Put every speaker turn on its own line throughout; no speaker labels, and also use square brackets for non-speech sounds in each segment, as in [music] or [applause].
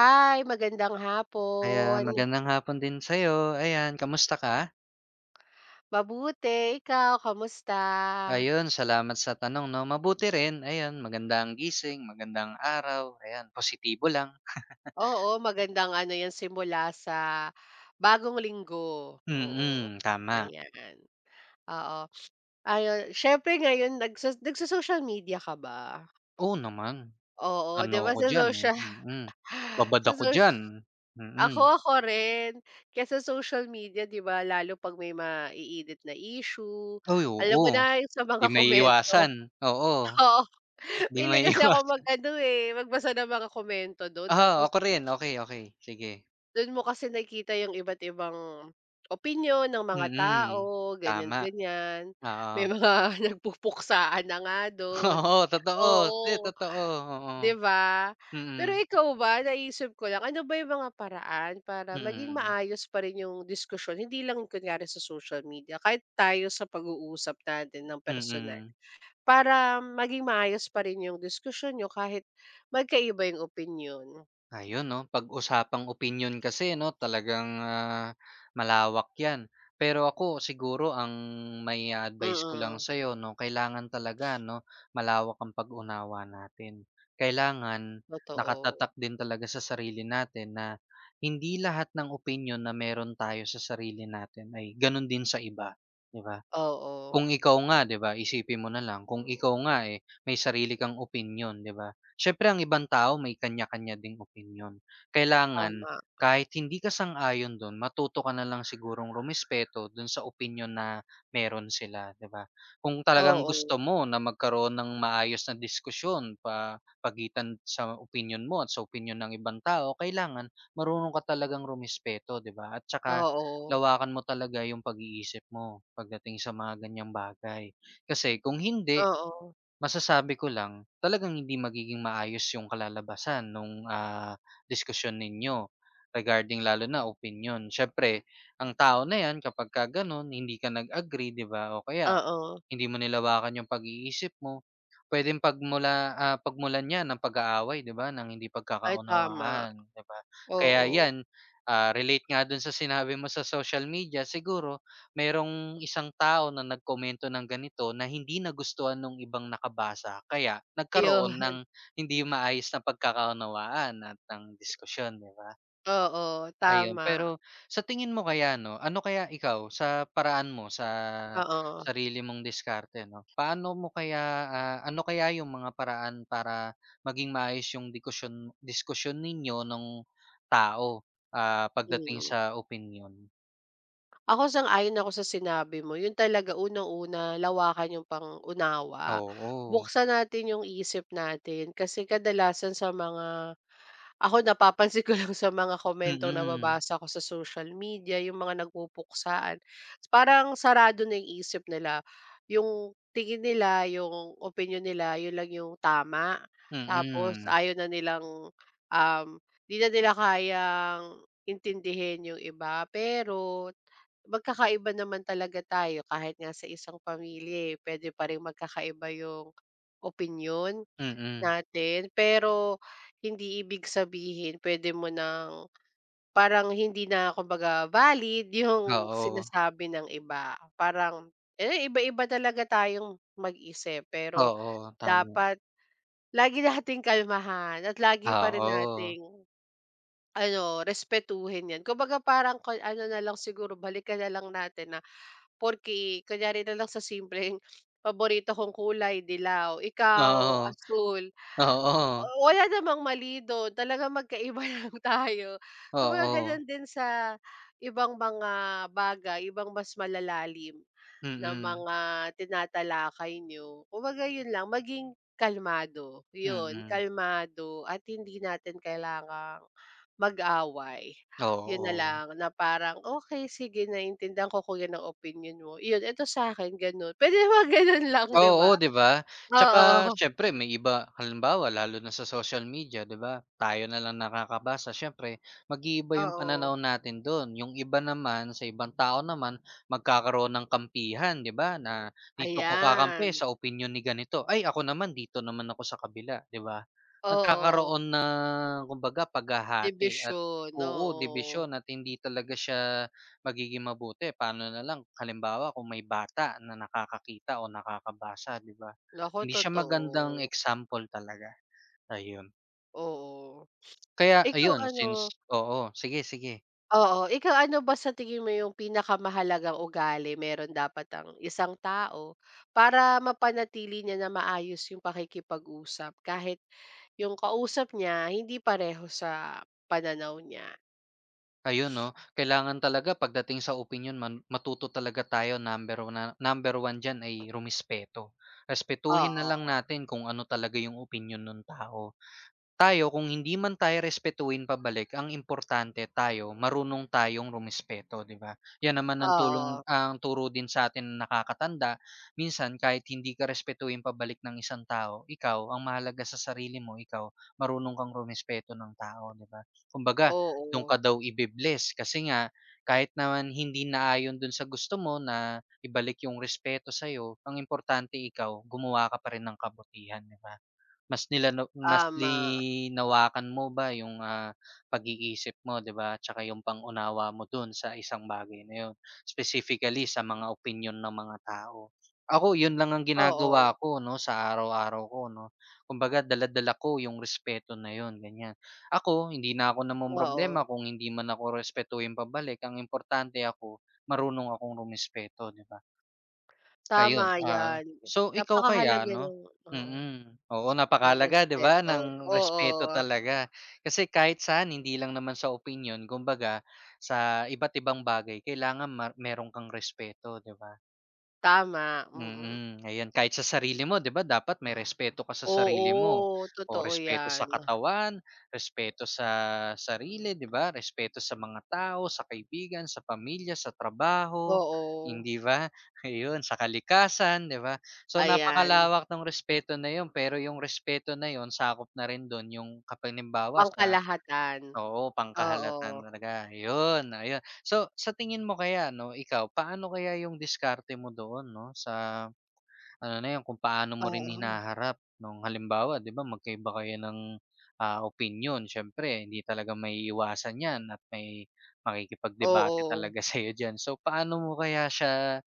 Hi, magandang
Ayan,
hapon.
magandang hapon din sa'yo. Ayan, kamusta ka?
Mabuti, ikaw kamusta?
Ayun, salamat sa tanong 'no. Mabuti rin, ayan magandang gising, magandang araw, ayan positibo lang.
Oo, magandang ano 'yan simula sa bagong linggo, oo,
Mm, tama.
ayan. Oo, ayun siyempre ngayon nagso-social media ka ba?
Oo naman,
Oo,
ano
'di ba
ako
sa
diyan, eh,
social
mm.
[laughs]
Babad
sa
ako diyan,
social,
mm.
ako rin. Kaya sa social media 'di ba lalo 'pag may maiinit na issue,
Ay,
alam
oo,
mo na yung sa
'di
mga
may
komento.
iwasan. Oo,
Oo,
'di
mahilig kasi ako
maiiwas,
mag-ano, eh, magbasa ng mga komento don?
oo. [laughs]
Tapos
Ako rin, okay, okay. Sige.
don mo kasi nakikita yung iba't ibang opinyon ng mga
Mm,
tao, ganyan,
tama,
ganyan.
oo.
May [laughs] mga nagpupuksaan na nga
[laughs]
dun,
Oo, totoo, 'di
oo,
totoo, oo.
'di ba? Pero
Mm,
ikaw ba, naisip ko lang, ano ba yung mga paraan para maging
mm.
maayos pa rin yung diskusyon, hindi lang kunyari sa social media, kahit tayo sa pag-uusap natin ng personal?
Mm.
Para maging maayos pa rin yung diskusyon niyo kahit magkaiba yung opinyon.
Ayun 'no, pag-usapang opinyon kasi 'no, talagang, malawak 'yan. Pero ako siguro ang may advice ko lang
Mm,
sa'yo 'no, kailangan talaga 'no, malawak ang pag-unawa natin. Kailangan
totoo.
nakatatak din talaga sa sarili natin na hindi lahat ng opinyon na meron tayo sa sarili natin ay gano'n din sa iba, 'di ba?
Oo,
Kung ikaw nga, 'di ba, isipin mo na lang kung ikaw nga, eh, may sarili kang opinyon, 'di ba? Siyempre ang ibang tao may kanya-kanya ding opinyon. Kailangan
tama.
kahit hindi ka sang-ayon dun matuto ka na lang sigurong rumespeto dun sa opinyon na meron sila, 'di ba? Kung talagang
Oo,
gusto mo na magkaroon ng maayos na diskusyon pa pagitan sa opinyon mo at sa opinyon ng ibang tao, kailangan marunong ka talagang rumespeto, 'di ba? At tsaka
oo,
lawakan mo talaga yung pag-iisip mo pagdating sa mga ganyang bagay. Kasi kung hindi,
oo,
masasabi ko lang, talagang hindi magiging maayos yung kalalabasan nung, diskusyon ninyo regarding lalo na opinyon. Siyempre ang tao na 'yan kapagka gano'n hindi ka nag-agree, 'di ba, o kaya
oo.
hindi mo nilawakan yung pag-iisip mo, puwedeng pagmulan 'yan ng pag-aaway, 'di ba, ng hindi
Ay tama,
pagkakaunawaan, 'di ba? Kaya
oo.
'yan, relate nga do'n sa sinabi mo sa social media. Siguro merong isang tao na nagkomento ng ganito na hindi nagustuhan nung ibang nakabasa kaya
Iyon,
nagkaroon ng
[laughs]
hindi maayos na pagkakaunawaan at ng diskusyon, 'di ba?
oo,
Ayun,
tama.
pero sa tingin mo kaya 'no, ano kaya ikaw sa paraan mo sa
Oo,
sarili mong diskarte 'no, paano mo kaya, ano kaya yung mga paraan para maging maayos yung diskusyon ninyo ng tao, pagdating
mm.
sa opinion?
Ako sang-ayon ako sa sinabi mo, yun talaga unang-una lawakan yung pang-unawa.
Oo,
Buksan natin yung isip natin kasi kadalasan sa mga Ako napapansin ko lang sa mga komentong
mm.
nababasa ko sa social media, yung mga nagpupuksaan. Parang sarado na yung isip nila, yung tingin nila, yung opinyon nila, yun lang yung tama. Tapos
Mm,
ayaw na nilang, um, 'di na nila kayang intindihin yung iba. Pero magkakaiba naman talaga tayo kahit nga sa isang pamilya, eh, puwede pa ring magkakaiba yung opinyon.
mm.
Natin, pero hindi ibig sabihin puwede mo ng parang hindi na kumbaga valid [laughs] yung
Oo,
sinasabi ng iba. Parang, eh, iba-iba talaga tayong mag-isip pero
oo, tama.
dapat lagi [laughs] nating kalmahan at lagi pa rin
Oo,
nating ano, respetuhin 'yan. Kumbaga parang kon ano na lang siguro balikan na lang natin na porke kunyari na lang sa simpleng paborito kong kulay dilaw, ikaw,
oo,
asul.
oo,
Oo, wala namang mali dun, talagang magkaiba [laughs] lang tayo. Kumbaga
oo.
ganun din sa ibang mga bagay, ibang mas malalalim na
Mm,
mga tinatalakay niyo. Kumbaga yun lang, maging kalmado, yun,
mm.
kalmado at hindi natin kailangang mag-away. Yun na
Oo.
lang na parang, "Okey, sige naiintindihan ko kung yan ang opinyon mo. Iyon, ito sa'kin," ganun. Pwede [laughs] naman ganun lang, 'di ba?
Oo, 'di ba? Tsaka
Oo,
siyempre may iba halimbawa lalo na sa social media, 'di ba? Tayo na lang nakakabasa siyempre mag-iiba yung
oo,
pananaw natin dun. Yung iba naman sa ibang tao naman magkakaroon ng kampihan, 'di ba? Na dito ko
ayan.
kakampi sa opinion ni ganito. Ay ako naman dito naman ako sa kabila, 'di ba?
Oo,
Nagkakaroon ng kumbaga paghahati at
dibisyon,
oo,
oo.
dibisyon at hindi talaga siya magiging mabuti. Paano na lang halimbawa kung may bata na nakakakita o nakakabasa, 'di ba?
Naku,
Hindi siya magandang
totoo,
example talaga, ayun.
oo.
Kaya
Ikaw
ayun,
ano
since oo, sige, sige.
oo, ikaw ano ba sa tingin mo yung pinakamahalagang ugali meron dapat ang isang tao para mapanatili niya na maayos yung pakikipag-usap kahit yung kausap niya hindi pareho sa pananaw niya?
Ayun 'no, kailangan talaga pagdating sa opinyon man matuto talaga tayo number one, na number 1 diyan ay rumespeto. Respetuhin na lang
Oo,
natin kung ano talaga yung opinyon ng tao. Tayo kung hindi man tayo respetuhin pabalik ang importante tayo marunong tayong rumespeto, 'di ba? 'Yan naman ang
oo,
tulong, ang turo din sa atin ng nakakatanda, minsan kahit hindi ka respetuhin pabalik ng isang tao, ikaw ang mahalaga sa sarili mo, ikaw marunong kang rumespeto ng tao, 'di ba? Kumbaga dun
oo,
ka daw ibe-bless kasi nga kahit naman hindi naayon dun sa gusto mo na ibalik yung respeto sa'yo, ang importante ikaw gumawa ka pa rin ng kabutihan, 'di ba? Mas
tama,
linawakan mo ba yung, pag-iisip mo, 'di ba, tsaka yung pang-unawa mo dun sa isang bagay na yun, specifically sa mga opinyon ng mga tao. Ako yun lang ang
oo,
ginagawa ko 'no, sa araw-araw ko 'no, kumbaga dala-dala ko yung respeto na yun, ganyan. Ako hindi na ako
oo,
namomroblema kung hindi man ako respetuhin pabalik, ang importante ako marunong akong rumespeto, 'di ba?
tama
Ayun,
yan.
so ikaw kaya
Napakahalaga
'no.
ng oo.
Mm, oo,
Ng
napakahalaga, 'di ba,
respeto,
ng respeto
oo,
talaga. Kasi kahit saan hindi lang naman sa opinyon, kumbaga sa iba't ibang bagay kailangan meron kang respeto, 'di ba?
tama, mm.
Mm, ayan kahit sa sarili mo, 'di ba, dapat may respeto ka sa sarili mo,
Oo,
o
totoo
respeto sa
'yan,
katawan, respeto sa sarili, 'di ba, respeto sa mga tao, sa kaibigan, sa pamilya, sa trabaho,
oo,
hindi ba? [laughs] Ayun sa kalikasan, 'di ba? So
ayan,
napakalawak ng respeto na yon pero yung respeto na yon sakop na rin dun yung kapag sa
pangkalahatan,
oo pangkahalatan
oo,
talaga, ayun, ayun. So sa tingin mo kaya 'no, ikaw paano kaya yung diskarte mo doon 'no sa ano na 'yun, kung paano mo rin
oo,
hinaharap nung halimbawa, 'di ba, magkaiba kayo ng, opinyon. Siyempre hindi talaga may iwasan 'yan at may makikipagdebate
oo,
talaga [laughs] sa'yo diyan. So, paano mo kaya siya,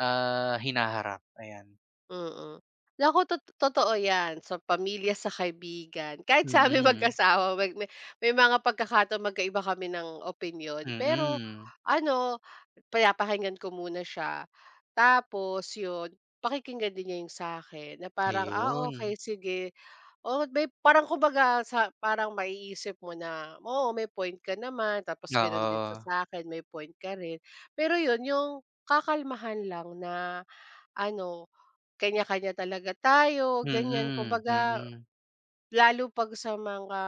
hinaharap? Ayan.
mm. Naku totoo 'yan, sa pamilya, sa kaibigan, kahit sa aming
Mm,
mag-asawa may may mga pagkakataon magkaiba kami ng opinyon, pero
mm.
ano, pinapakinggan ko muna siya, tapos 'yun, pakikinggan din niya 'yung sa'kin na parang, ah, okey
Ayun,
sige. Oo, may parang kumbaga sa parang maiisip mo na, oo, may point ka naman tapos gano'n din siya sa
oo.
akin may point ka rin. Pero 'yun, yung kakalmahan lang na ano, kanya-kanya talaga tayo, ganiyan.
Mm,
Kumbaga,
mm,
lalo 'pag sa mga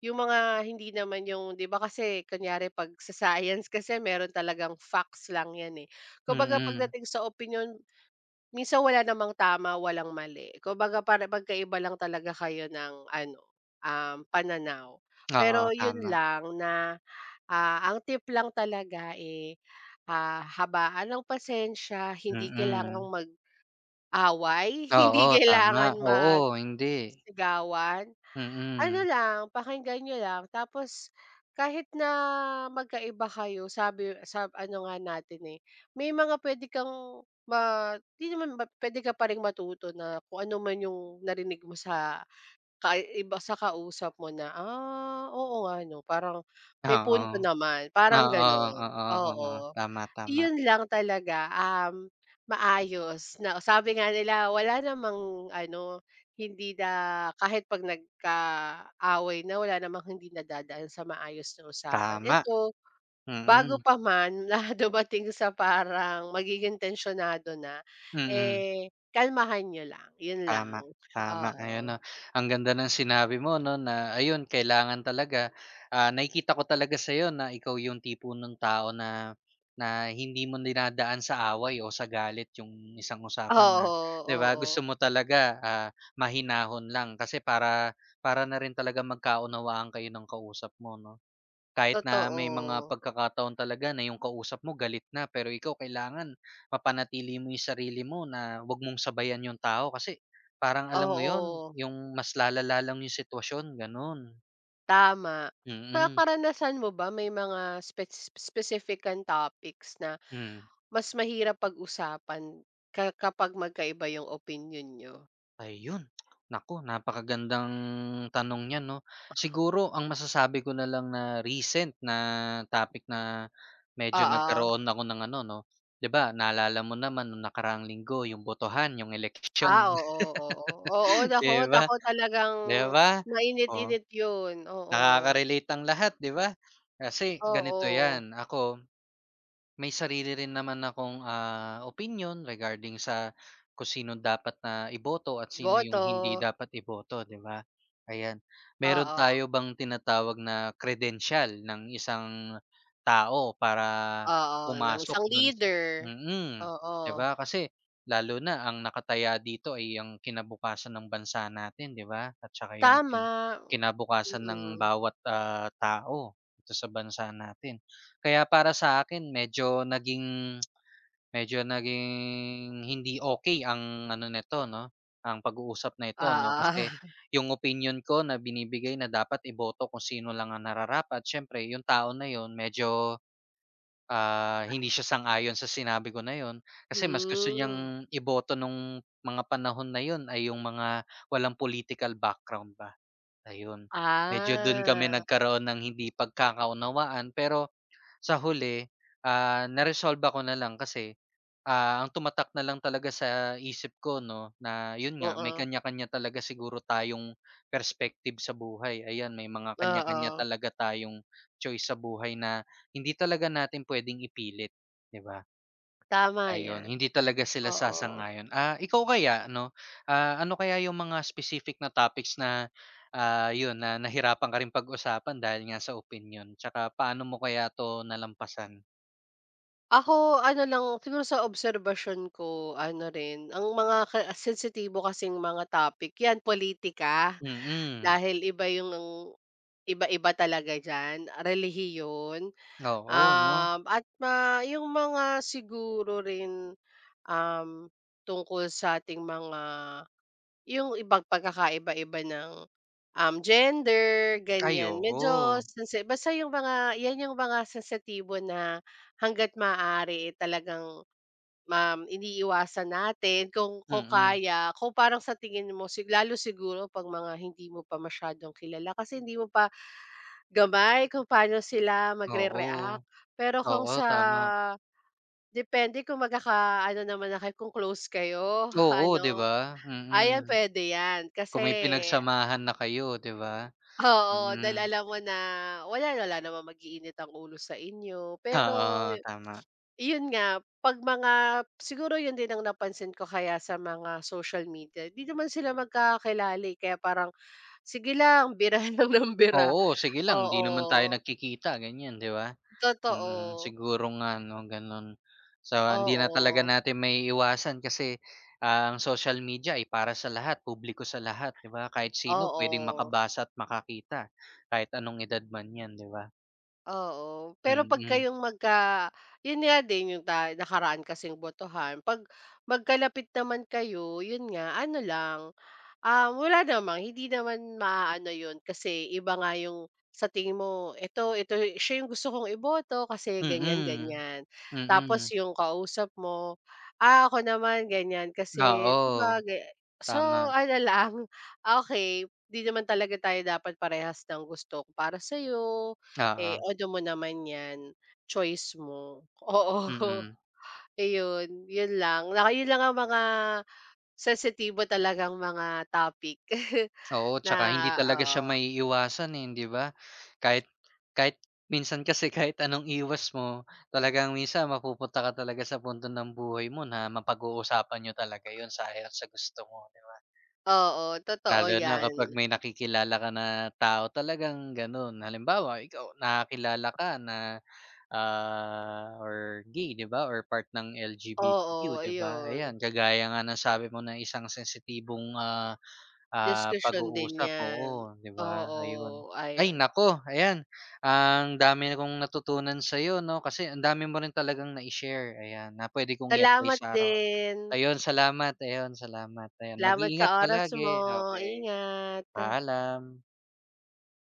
yung mga hindi naman yung 'di ba kasi kunyari 'pag sa science [laughs] kasi meron talagang facts lang 'yan, eh. Kumbaga
mm.
pagdating sa opinion Minsan wala namang tama, walang mali. Kumbaga para magkaiba lang talaga kayo ng ano, pananaw.
Oo,
Pero yun
tama.
lang na, ah, ang tip lang talaga, eh, ah, habaan ng pasensya, hindi
Mm.
kailangang mag-away, [laughs] hindi
Oo, tama.
kailangan
Oo, hindi.
magsigawan. Ano
Mm,
lang, pakinggan niyo lang tapos kahit na magkaiba kayo sabi sa ano nga natin, eh, may mga puwede kang ma 'di naman ba puwede ka pa ring matuto na kung ano man yung narinig mo sa kaiba sa kausap mo na, "Ah, oo nga 'no, parang may
oo.
punto naman." Parang
Oo,
gano'n,
oo, oo.
oo.
Tama, tama,
Yun lang talaga, maayos na sabi nga nila wala namang ano, hindi na kahit 'pag nagkaaway na wala namang hindi nadadaan sa maayos na usapan.
tama.
Ito,
Mm,
bago pa man [laughs] na dumating sa parang magiging tensyonado na,
mm.
eh, kalmahan niyo lang, yun lang.
Tama, tama. Ayun
Oo.
'no, ang ganda ng sinabi mo 'no, na ayun kailangan talaga, nakikita ko talaga sa'yo na ikaw yung tipo ng tao na na hindi mo dinadaan sa away o sa galit yung isang usapan na,
Oo,
'di ba,
oo.
gusto mo talaga, mahinahon lang kasi para para na rin talaga magkaunawaan kayo ng kausap mo 'no. Kahit na may mga
Totoo.
pagkakataon talaga na yung kausap mo galit na, pero ikaw kailangan mapanatili mo yung sarili mo na 'wag mong sabayan yung tao kasi parang alam mo yon
Oo.
yung mas lalala lang yung sitwasyon, gano'n.
Tama. Sa
Mm,
karanasan mo ba may mga specific kang topics na
hmm.
mas mahirap pag-usapan ka kapag magkaiba yung opinion niyo?
Ayun, naku napakagandang tanong niyan 'no. Siguro ang masasabi ko na lang na recent na topic na medyo
Oo.
nagkaroon ako ng ano 'no, 'di ba, naalala mo naman nung nakaraang linggo yung botohan, yung
Ah,
election.
oo, oo. Oo,
[laughs]
naku,
'Di ba?
naku talagang
'Di ba? Oh,
mainit-init yun, oo.
nakaka-relate ang lahat, 'di ba? Kasi ganito
Oo,
'yan, ako may sarili rin naman akong, opinion regarding sa kung sino dapat na iboto at sino
boto,
yung hindi dapat iboto, 'di ba? Ayan. Meron
oo,
tayo bang tinatawag na credential ng isang tao para
oo, ng
pumasok
isang
dun,
leader.
mm, 'di
Oo,
ba? Kasi lalo na ang nakataya dito ay ang kinabukasan ng bansa natin, 'di ba? At saka yung
tama.
kinabukasan
Mm,
ng
oo.
bawat, tao dito sa bansa natin. Kaya para sa akin medyo naging hindi okey ang ano nito 'no, ang pag-uusap na ito 'no, kasi
Ah,
yung opinyon ko na binibigay na dapat iboto kung sino lang ang nararapat, siyempre yung tao na yun medyo, hindi siya
[laughs]
sang-ayon sa sinabi ko na yun. Kasi mas gusto
hmm,
niyang iboto nung mga panahon na yun ay yung mga walang political background ba, ayun. Medyo dun kami
ah.
nagkaroon ng hindi pagkakaunawaan, pero sa huli, naresolba ko na lang kasi, ang tumatak na lang talaga sa isip ko 'no, na yun nga may
Oo,
kanya-kanya talaga siguro tayong perspective sa buhay. Ayan, may mga kanya-kanya
oo.
talaga tayong choice sa buhay na hindi talaga natin puwedeng ipilit, 'di ba?
Tama
Ayun,
'yan,
hindi talaga sila
oo.
sasang-ayon. Ah, ikaw kaya no, ano kaya yung mga specific na topics na, yun na nahirapan ka rin pag-usapan dahil nga sa opinion. Tsaka paano mo kaya 'to nalampasan?
Ako ano lang, siguro sa obserbasyon ko ano rin, ang mga ka sensitibo kasing mga topic 'yan pulitika,
Mm,
dahil iba yung iba-iba talaga diyan, relihiyon,
oo 'no?
at ma yung mga siguro rin, um, tungkol sa ating mga Yung ibang pagkakaiba-iba ng, gender,
Ay
ganyan. Medyo
oo,
sensi basta yung mga yan yung mga sensitibo na hangga't maaari, eh, talagang, iniiwasan natin kung
mm,
kaya. Kung parang sa tingin mo si lalo siguro 'pag mga hindi mo pa masyadong kilala kasi hindi mo pa gamay kung paano sila magre-react.
oo,
Pero kung
oo
sa
tama.
depende kung magkakaano naman na kayo, kung close kayo [laughs]
Oo,
ano,
'di ba?
ayan
Mm,
puwede yan. Kasi
kung may pinagsamahan na kayo, 'di ba?
Oo, dahil
Mm,
alam mo na wala wala namang mag-iinit ang ulo sa inyo. Pero
oo tama.
yun nga, 'pag mga siguro yun din ang napansin ko kaya sa mga social media, 'di naman sila magkakakilala, eh, kaya parang sige lang, bira [laughs] lang ng bira.
Oo, sige lang, 'di
Oo,
naman tayo nagkikita ganyan, 'di ba? Mm,
totoo.
siguro nga 'no gano'n. So, hindi na talaga
Oo,
natin maiiwasan kasi, ang social media ay para sa lahat, publiko sa lahat, 'di ba? Kahit sino puwedeng
oo,
makabasa at makakita, kahit anong edad man 'yan, 'di ba?
oo. Pero 'pag
Mm,
kayong magka yun nga din yung ta nakaraan kasing botohan, 'pag magkalapit naman kayo, yun nga ano lang Ah, wala naman, hindi naman maaano 'yun kasi iba nga yung sa tingin mo, "Eto eto siya yung gusto kong iboto kasi ganyan,
mm,
ganyan." Tapos
mm.
yung kausap mo, "Ah, ako naman ganyan kasi 'di ba
Oo,
ga"
tama,
So ano lang, [laughs] okey, 'di naman talaga tayo dapat parehas ng gusto. Para sa'yo, eh,
oo,
ano mo naman 'yan, choice mo. [laughs] Oo,
mm.
iyon, 'yun lang. Naka 'yun lang ang mga Sensitibo talagang mga topic [laughs]
Oo,
na
tsaka hindi talaga siya
oo,
maiiwasan, eh, hindi ba? Kahit kahit minsan kasi [laughs] kahit anong iwas mo, talagang minsan mapupunta ka talaga sa punto ng buhay mo na mapag-uusapan niyo talaga 'yun sa ayaw at sa gusto mo, 'di ba?
oo, totoo
Lalo na
yan.
kapag may nakikilala ka na tao talagang gano'n. Halimbawa, ikaw nakakilala ka na or gay, 'di ba, or part ng
Oo,
LGBTQ, 'di ba?
ayun,
Ayan, kagaya nga ng sabi mo na isang sensitibong,
diskusyon din
pag-uusap,
yan.
oo, 'di ba,
Oo,
ayun. Ay
ayun.
nako, ayan, ang dami na kong natutunan sa'yo 'no, kasi ang dami mo rin talagang na share, ayan, na puwede kong i-apply
Salamat
sa araw.
din.
Ayun salamat, ayun salamat, ayan
Salamat sa
mag-iingat
oras
palagi,
mo,
okay.
ingat.
Paalam.